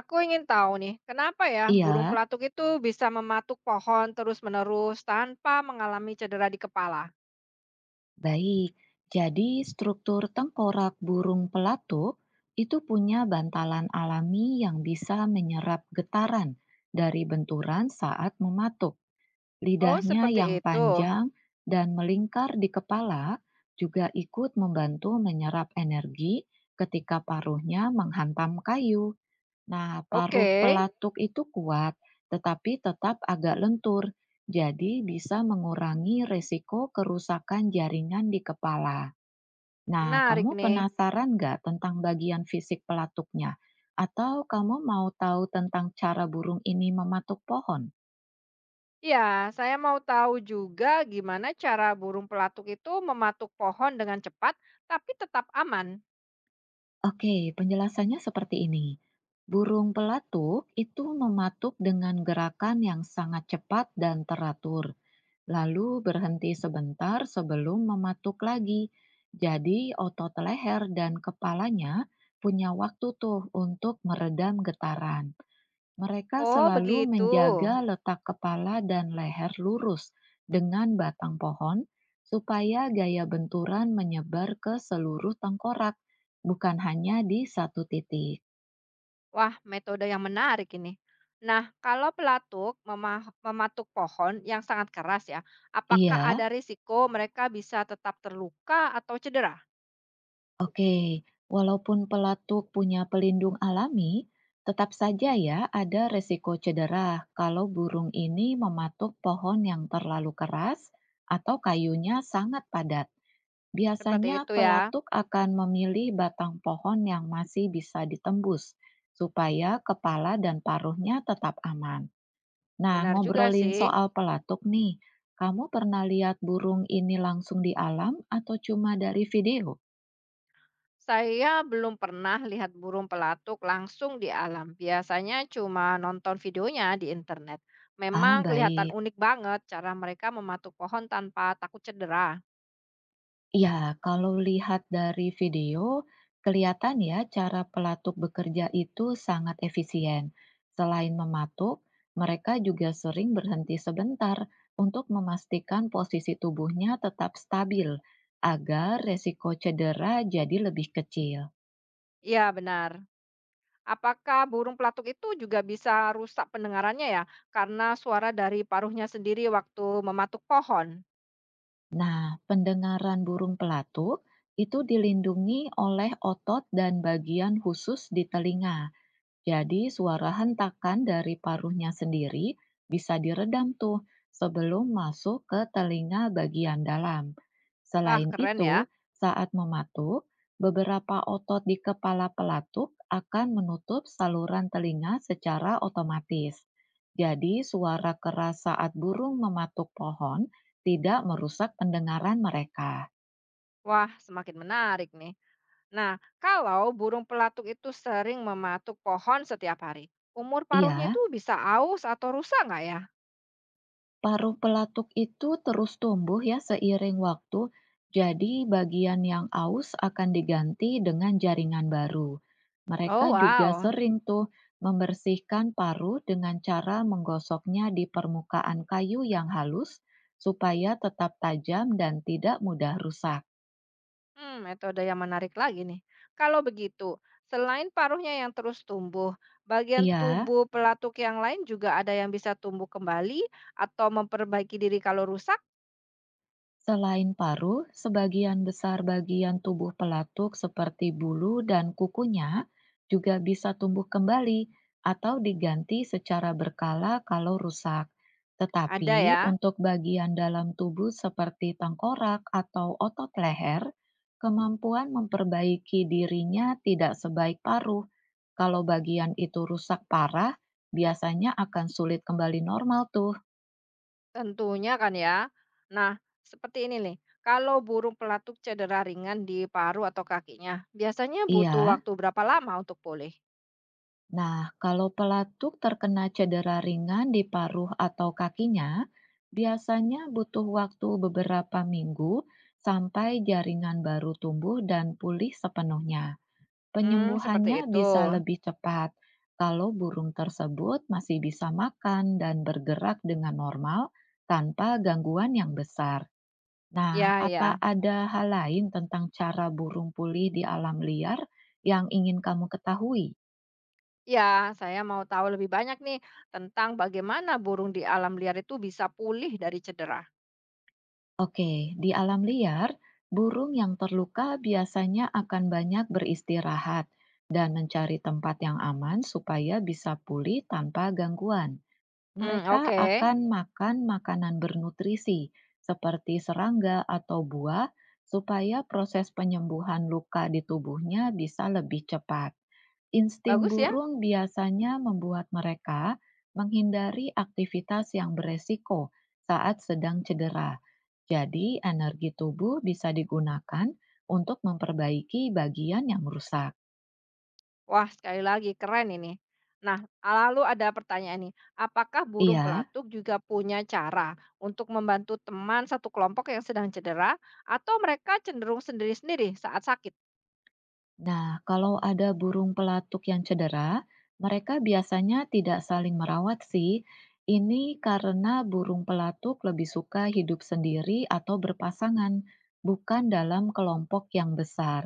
Aku ingin tahu nih, kenapa ya burung Iya, pelatuk itu bisa mematuk pohon terus-menerus tanpa mengalami cedera di kepala? baik. Jadi struktur tengkorak burung pelato itu punya bantalan alami yang bisa menyerap getaran dari benturan saat mematuk. Oh, Lidahnya seperti yang itu. panjang dan melingkar di kepala juga ikut membantu menyerap energi ketika paruhnya menghantam kayu. Nah, Oke, paruh pelatuk itu kuat, tetapi tetap agak lentur, jadi bisa mengurangi resiko kerusakan jaringan di kepala. Nah, menarik kamu nih. penasaran nggak tentang bagian fisik pelatuknya? Atau kamu mau tahu tentang cara burung ini mematuk pohon? Ya, saya mau tahu juga gimana cara burung pelatuk itu mematuk pohon dengan cepat tapi tetap aman. Oke, penjelasannya seperti ini. Burung pelatuk itu mematuk dengan gerakan yang sangat cepat dan teratur, lalu berhenti sebentar sebelum mematuk lagi. Jadi otot leher dan kepalanya punya waktu tuh untuk meredam getaran. Mereka Oh, selalu begitu. menjaga letak kepala dan leher lurus dengan batang pohon supaya gaya benturan menyebar ke seluruh tengkorak, bukan hanya di satu titik. Wah, metode yang menarik ini. Nah, kalau pelatuk mematuk pohon yang sangat keras ya, apakah Iya, ada risiko mereka bisa tetap terluka atau cedera? oke, walaupun pelatuk punya pelindung alami, tetap saja ya ada resiko cedera kalau burung ini mematuk pohon yang terlalu keras atau kayunya sangat padat. Seperti Biasanya itu ya. pelatuk akan memilih batang pohon yang masih bisa ditembus supaya kepala dan paruhnya tetap aman. Nah, Benar juga ngobrolin sih. soal pelatuk nih, kamu pernah lihat burung ini langsung di alam atau cuma dari video? Saya belum pernah lihat burung pelatuk langsung di alam. Biasanya cuma nonton videonya di internet. Memang Ah, kelihatan baik. unik banget cara mereka mematuk pohon tanpa takut cedera. Ya, kalau lihat dari video, kelihatan ya cara pelatuk bekerja itu sangat efisien. Selain mematuk, mereka juga sering berhenti sebentar untuk memastikan posisi tubuhnya tetap stabil agar resiko cedera jadi lebih kecil. Iya, benar. Apakah burung pelatuk itu juga bisa rusak pendengarannya ya? Karena suara dari paruhnya sendiri waktu mematuk pohon. Nah, pendengaran burung pelatuk itu dilindungi oleh otot dan bagian khusus di telinga. Jadi suara hentakan dari paruhnya sendiri bisa diredam tuh sebelum masuk ke telinga bagian dalam. Wah, Selain keren itu, ya. saat mematuk, beberapa otot di kepala pelatuk akan menutup saluran telinga secara otomatis. Jadi suara keras saat burung mematuk pohon tidak merusak pendengaran mereka. Wah, semakin menarik nih. Nah, kalau burung pelatuk itu sering mematuk pohon setiap hari, umur paruhnya Iya, itu bisa aus atau rusak nggak ya? paruh pelatuk itu terus tumbuh ya seiring waktu, jadi bagian yang aus akan diganti dengan jaringan baru. Mereka Oh, juga wow. sering tuh membersihkan paruh dengan cara menggosoknya di permukaan kayu yang halus supaya tetap tajam dan tidak mudah rusak. Hmm, metode yang menarik lagi nih. Kalau begitu, selain paruhnya yang terus tumbuh, bagian Iya, tubuh pelatuk yang lain juga ada yang bisa tumbuh kembali atau memperbaiki diri kalau rusak? selain paru, sebagian besar bagian tubuh pelatuk seperti bulu dan kukunya juga bisa tumbuh kembali atau diganti secara berkala kalau rusak. Tetapi Ada ya, untuk bagian dalam tubuh seperti tengkorak atau otot leher, kemampuan memperbaiki dirinya tidak sebaik paruh. Kalau bagian itu rusak parah, biasanya akan sulit kembali normal tuh. tentunya kan ya. Nah, seperti ini nih, kalau burung pelatuk cedera ringan di paru atau kakinya, biasanya butuh Iya, waktu berapa lama untuk pulih? nah, kalau pelatuk terkena cedera ringan di paruh atau kakinya, biasanya butuh waktu beberapa minggu sampai jaringan baru tumbuh dan pulih sepenuhnya. Hmm, seperti Penyembuhannya itu. bisa lebih cepat kalau burung tersebut masih bisa makan dan bergerak dengan normal tanpa gangguan yang besar. Nah, Ya, apa ya. ada hal lain tentang cara burung pulih di alam liar yang ingin kamu ketahui? Ya, saya mau tahu lebih banyak nih tentang bagaimana burung di alam liar itu bisa pulih dari cedera. Oke, di alam liar, burung yang terluka biasanya akan banyak beristirahat dan mencari tempat yang aman supaya bisa pulih tanpa gangguan. Hmm, Mereka oke. akan makan makanan bernutrisi seperti serangga atau buah supaya proses penyembuhan luka di tubuhnya bisa lebih cepat. Insting Bagus ya. burung biasanya membuat mereka menghindari aktivitas yang beresiko saat sedang cedera. Jadi, energi tubuh bisa digunakan untuk memperbaiki bagian yang rusak. Wah, sekali lagi keren ini. Nah, lalu ada pertanyaan nih, apakah burung Iya, pelatuk juga punya cara untuk membantu teman satu kelompok yang sedang cedera atau mereka cenderung sendiri-sendiri saat sakit? nah kalau ada burung pelatuk yang cedera, mereka biasanya tidak saling merawat sih. Ini karena burung pelatuk lebih suka hidup sendiri atau berpasangan, bukan dalam kelompok yang besar.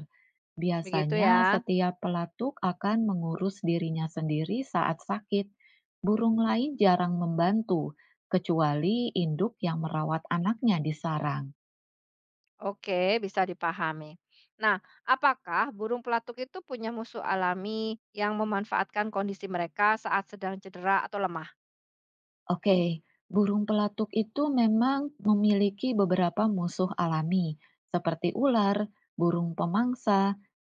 Begitu Biasanya, ya. setiap pelatuk akan mengurus dirinya sendiri saat sakit. Burung lain jarang membantu, kecuali induk yang merawat anaknya di sarang. Oke, bisa dipahami. Nah, apakah burung pelatuk itu punya musuh alami yang memanfaatkan kondisi mereka saat sedang cedera atau lemah? Oke, burung pelatuk itu memang memiliki beberapa musuh alami, seperti ular, burung pemangsa,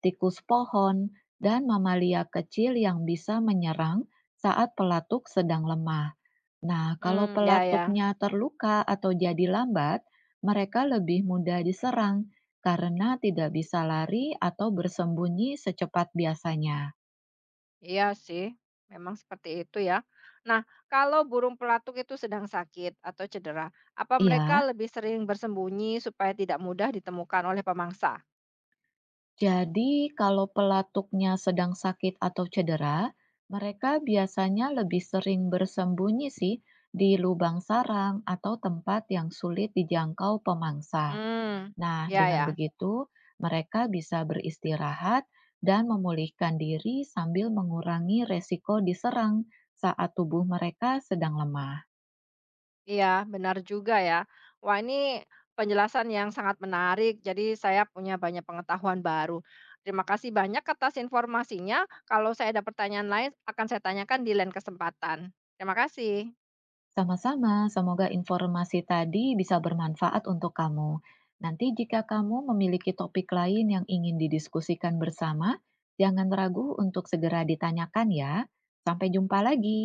tikus pohon, dan mamalia kecil yang bisa menyerang saat pelatuk sedang lemah. Nah, kalau Hmm, ya ya. pelatuknya terluka atau jadi lambat, mereka lebih mudah diserang karena tidak bisa lari atau bersembunyi secepat biasanya. Iya sih, memang seperti itu ya. Nah, kalau burung pelatuk itu sedang sakit atau cedera, apa mereka Iya, lebih sering bersembunyi supaya tidak mudah ditemukan oleh pemangsa? jadi kalau pelatuknya sedang sakit atau cedera, mereka biasanya lebih sering bersembunyi sih di lubang sarang atau tempat yang sulit dijangkau pemangsa. Hmm, Nah, ya dengan ya. begitu mereka bisa beristirahat dan memulihkan diri sambil mengurangi resiko diserang saat tubuh mereka sedang lemah. Iya, benar juga ya. Wah, ini penjelasan yang sangat menarik. Jadi saya punya banyak pengetahuan baru. Terima kasih banyak atas informasinya. Kalau saya ada pertanyaan lain, akan saya tanyakan di lain kesempatan. Terima kasih. Sama-sama, semoga informasi tadi bisa bermanfaat untuk kamu. Nanti jika kamu memiliki topik lain yang ingin didiskusikan bersama, jangan ragu untuk segera ditanyakan ya. Sampai jumpa lagi.